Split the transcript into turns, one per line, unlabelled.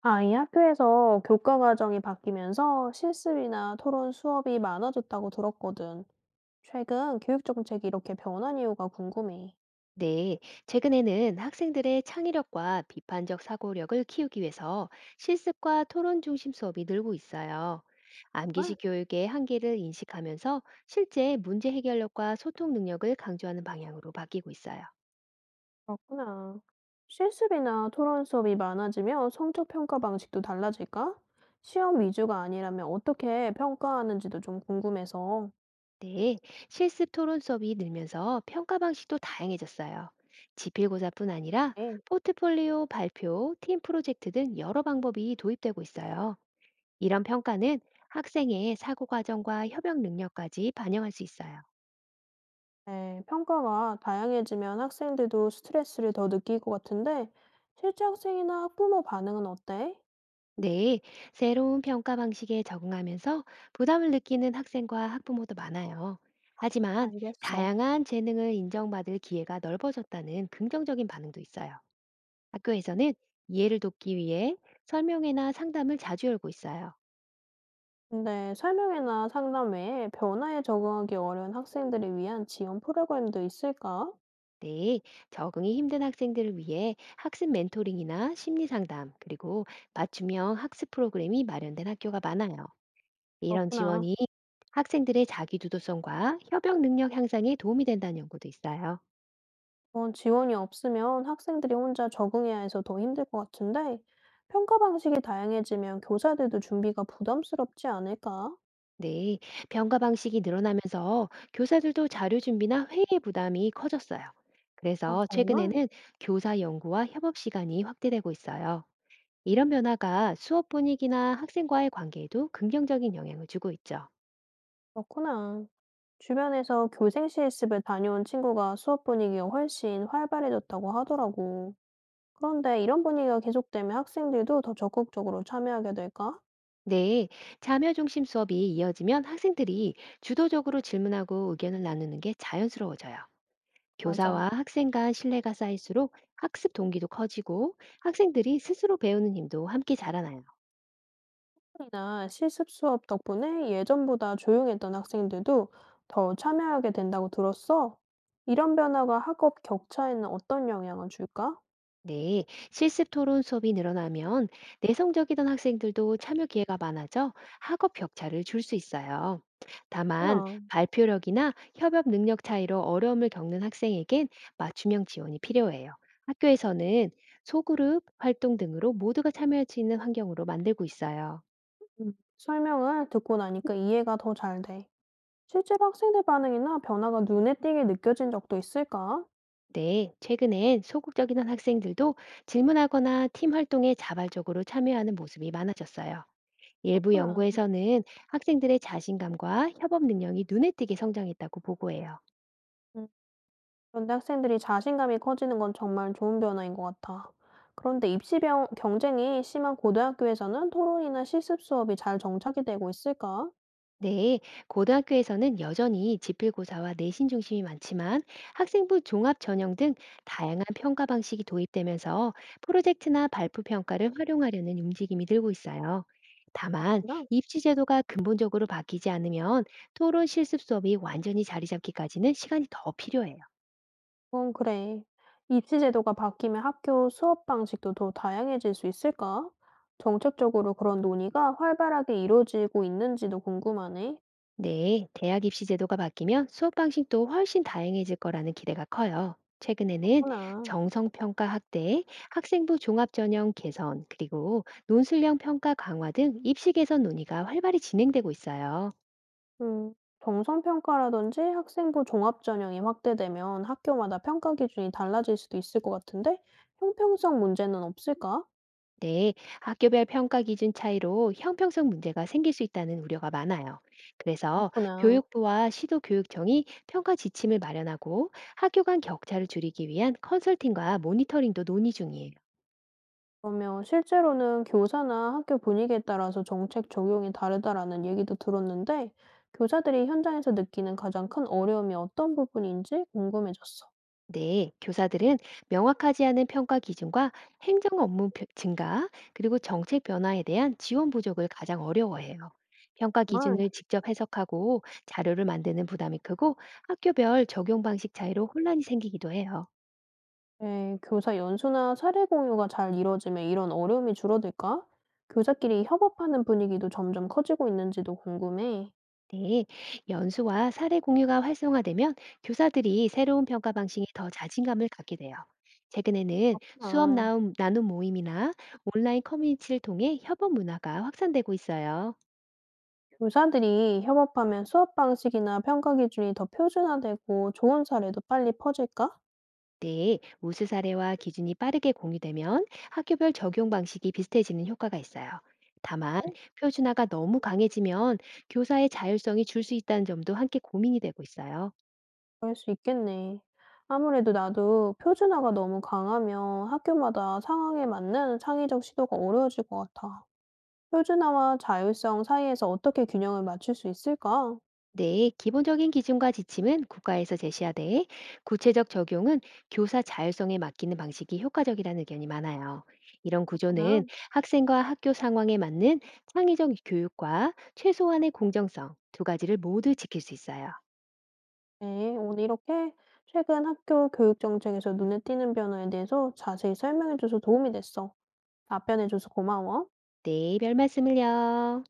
아이 학교에서 교과 과정이 바뀌면서 실습이나 토론 수업이 많아졌다고 들었거든. 최근 교육 정책이 이렇게 변한 이유가 궁금해.
네, 최근에는 학생들의 창의력과 비판적 사고력을 키우기 위해서 실습과 토론 중심 수업이 늘고 있어요.
정말?
암기식 교육의 한계를 인식하면서 실제 문제 해결력과 소통 능력을 강조하는 방향으로 바뀌고 있어요.
그렇구나. 실습이나 토론 수업이 많아지면 성적 평가 방식도 달라질까? 시험 위주가 아니라면 어떻게 평가하는지도 좀 궁금해서.
네, 실습 토론 수업이 늘면서 평가 방식도 다양해졌어요. 지필고사뿐 아니라
네,
포트폴리오 발표, 팀 프로젝트 등 여러 방법이 도입되고 있어요. 이런 평가는 학생의 사고 과정과 협역 능력까지 반영할 수 있어요.
네, 평가가 다양해지면 학생들도 스트레스를 더 느낄 것 같은데, 실제 학생이나 학부모 반응은 어때?
네, 새로운 평가 방식에 적응하면서 부담을 느끼는 학생과 학부모도 많아요. 하지만
알겠어.
다양한 재능을 인정받을 기회가 넓어졌다는 긍정적인 반응도 있어요. 학교에서는 이해를 돕기 위해 설명회나 상담을 자주 열고 있어요.
근데 설명회나 상담 외에 변화에 적응하기 어려운 학생들을 위한 지원 프로그램도 있을까?
네, 적응이 힘든 학생들을 위해 학습 멘토링이나 심리 상담, 그리고 맞춤형 학습 프로그램이 마련된 학교가 많아요. 이런
그렇구나.
지원이 학생들의 자기주도성과 협역 능력 향상에 도움이 된다는 연구도 있어요.
그런 지원이 없으면 학생들이 혼자 적응해야 해서 더 힘들 것 같은데, 평가 방식이 다양해지면 교사들도 준비가 부담스럽지 않을까?
네, 병가 방식이 늘어나면서 교사들도 자료 준비나 회의 부담이 커졌어요.
아,
그래서
정말?
최근에는 교사 연구와 협업 시간이 확대되고 있어요. 이런 변화가 수업 분위기나 학생과의 관계에도 긍정적인 영향을 주고 있죠.
그렇구나. 주변에서 교생 실습을 다녀온 친구가 수업 분위기가 훨씬 활발해졌다고 하더라고. 그런데 이런 분위기가 계속되면 학생들도 더 적극적으로 참여하게 될까?
네, 자녀 중심 수업이 이어지면 학생들이 주도적으로 질문하고 의견을 나누는 게 자연스러워져요.
맞아.
교사와 학생 간 신뢰가 쌓일수록 학습 동기도 커지고 학생들이 스스로 배우는 힘도 함께 자라나요.
이나 실습 수업 덕분에 예전보다 조용했던 학생들도 더 참여하게 된다고 들었어. 이런 변화가 학업 격차에는 어떤 영향을 줄까?
네, 실습 토론 수업이 늘어나면 내성적이던 학생들도 참여 기회가 많아져 학업 격차를 줄 수 있어요. 다만
그나
발표력이나 협업 능력 차이로 어려움을 겪는 학생에겐 맞춤형 지원이 필요해요. 학교에서는 소그룹 활동 등으로 모두가 참여할 수 있는 환경으로 만들고 있어요.
설명을 듣고 나니까 이해가 더 잘 돼. 실제로 학생들 반응이나 변화가 눈에 띄게 느껴진 적도 있을까?
네, 최근엔 소극적이던 학생들도 질문하거나 팀 활동에 자발적으로 참여하는 모습이 많아졌어요. 일부
그렇구나.
연구에서는 학생들의 자신감과 협업 능력이 눈에 띄게 성장했다고 보고해요.
음, 그런데 학생들이 자신감이 커지는 건 정말 좋은 변화인 것 같아. 그런데 입시 경쟁이 심한 고등학교에서는 토론이나 실습 수업이 잘 정착이 되고 있을까?
네, 고등학교에서는 여전히 지필고사와 내신 중심이 많지만 학생부 종합 전형 등 다양한 평가 방식이 도입되면서 프로젝트나 발표 평가를 활용하려는 움직임이 늘고 있어요. 다만 입시 제도가 근본적으로 바뀌지 않으면 토론 실습 수업이 완전히 자리 잡기까지는 시간이 더 필요해요.
어 그래. 입시 제도가 바뀌면 학교 수업 방식도 더 다양해질 수 있을까? 정책적으로 그런 논의가 활발하게 이루어지고 있는지도 궁금하네.
네, 대학 입시 제도가 바뀌면 수업 방식도 훨씬 다양해질 거라는 기대가 커요. 최근에는
그렇구나.
정성평가 확대, 학생부 종합전형 개선, 그리고 논술형 평가 강화 등 입시 개선 논의가 활발히 진행되고 있어요.
음, 정성평가라든지 학생부 종합전형이 확대되면 학교마다 평가 기준이 달라질 수도 있을 것 같은데, 형평성 문제는 없을까?
네, 학교별 평가 기준 차이로 형평성 문제가 생길 수 있다는 우려가 많아요. 그래서
그렇구나.
교육부와 시도교육청이 평가 지침을 마련하고 학교 간 격차를 줄이기 위한 컨설팅과 모니터링도 논의 중이에요.
그러면 실제로는 교사나 학교 분위기에 따라서 정책 적용이 다르다라는 얘기도 들었는데, 교사들이 현장에서 느끼는 가장 큰 어려움이 어떤 부분인지 궁금해졌어.
네, 교사들은 명확하지 않은 평가 기준과 행정 업무 증가, 그리고 정책 변화에 대한 지원 부족을 가장 어려워해요. 평가
정말,
기준을 직접 해석하고 자료를 만드는 부담이 크고 학교별 적용 방식 차이로 혼란이 생기기도 해요.
네, 교사 연수나 사례 공유가 잘 이루어지면 이런 어려움이 줄어들까? 교사끼리 협업하는 분위기도 점점 커지고 있는지도 궁금해.
네, 연수와 사례 공유가 활성화되면 교사들이 새로운 평가 방식에 더 자신감을 갖게 돼요. 최근에는 수업
아,
나눔 모임이나 온라인 커뮤니티를 통해 협업 문화가 확산되고 있어요.
교사들이 협업하면 수업 방식이나 평가 기준이 더 표준화되고 좋은 사례도 빨리 퍼질까?
네, 우수 사례와 기준이 빠르게 공유되면 학교별 적용 방식이 비슷해지는 효과가 있어요. 다만, 표준화가 너무 강해지면 교사의 자율성이 줄 수 있다는 점도 함께 고민이 되고 있어요.
그럴 수 있겠네. 아무래도 나도 표준화가 너무 강하면 학교마다 상황에 맞는 창의적 시도가 어려워질 것 같아. 표준화와 자율성 사이에서 어떻게 균형을 맞출 수 있을까?
네, 기본적인 기준과 지침은 국가에서 제시하되, 구체적 적용은 교사 자율성에 맡기는 방식이 효과적이라는 의견이 많아요. 이런
그렇구나.
구조는 학생과 학교 상황에 맞는 창의적 교육과 최소한의 공정성 두 가지를 모두 지킬 수 있어요.
네, 오늘 이렇게 최근 학교 교육 정책에서 눈에 띄는 변화에 대해서 자세히 설명해줘서 도움이 됐어. 답변해줘서 고마워.
네, 별 말씀을요.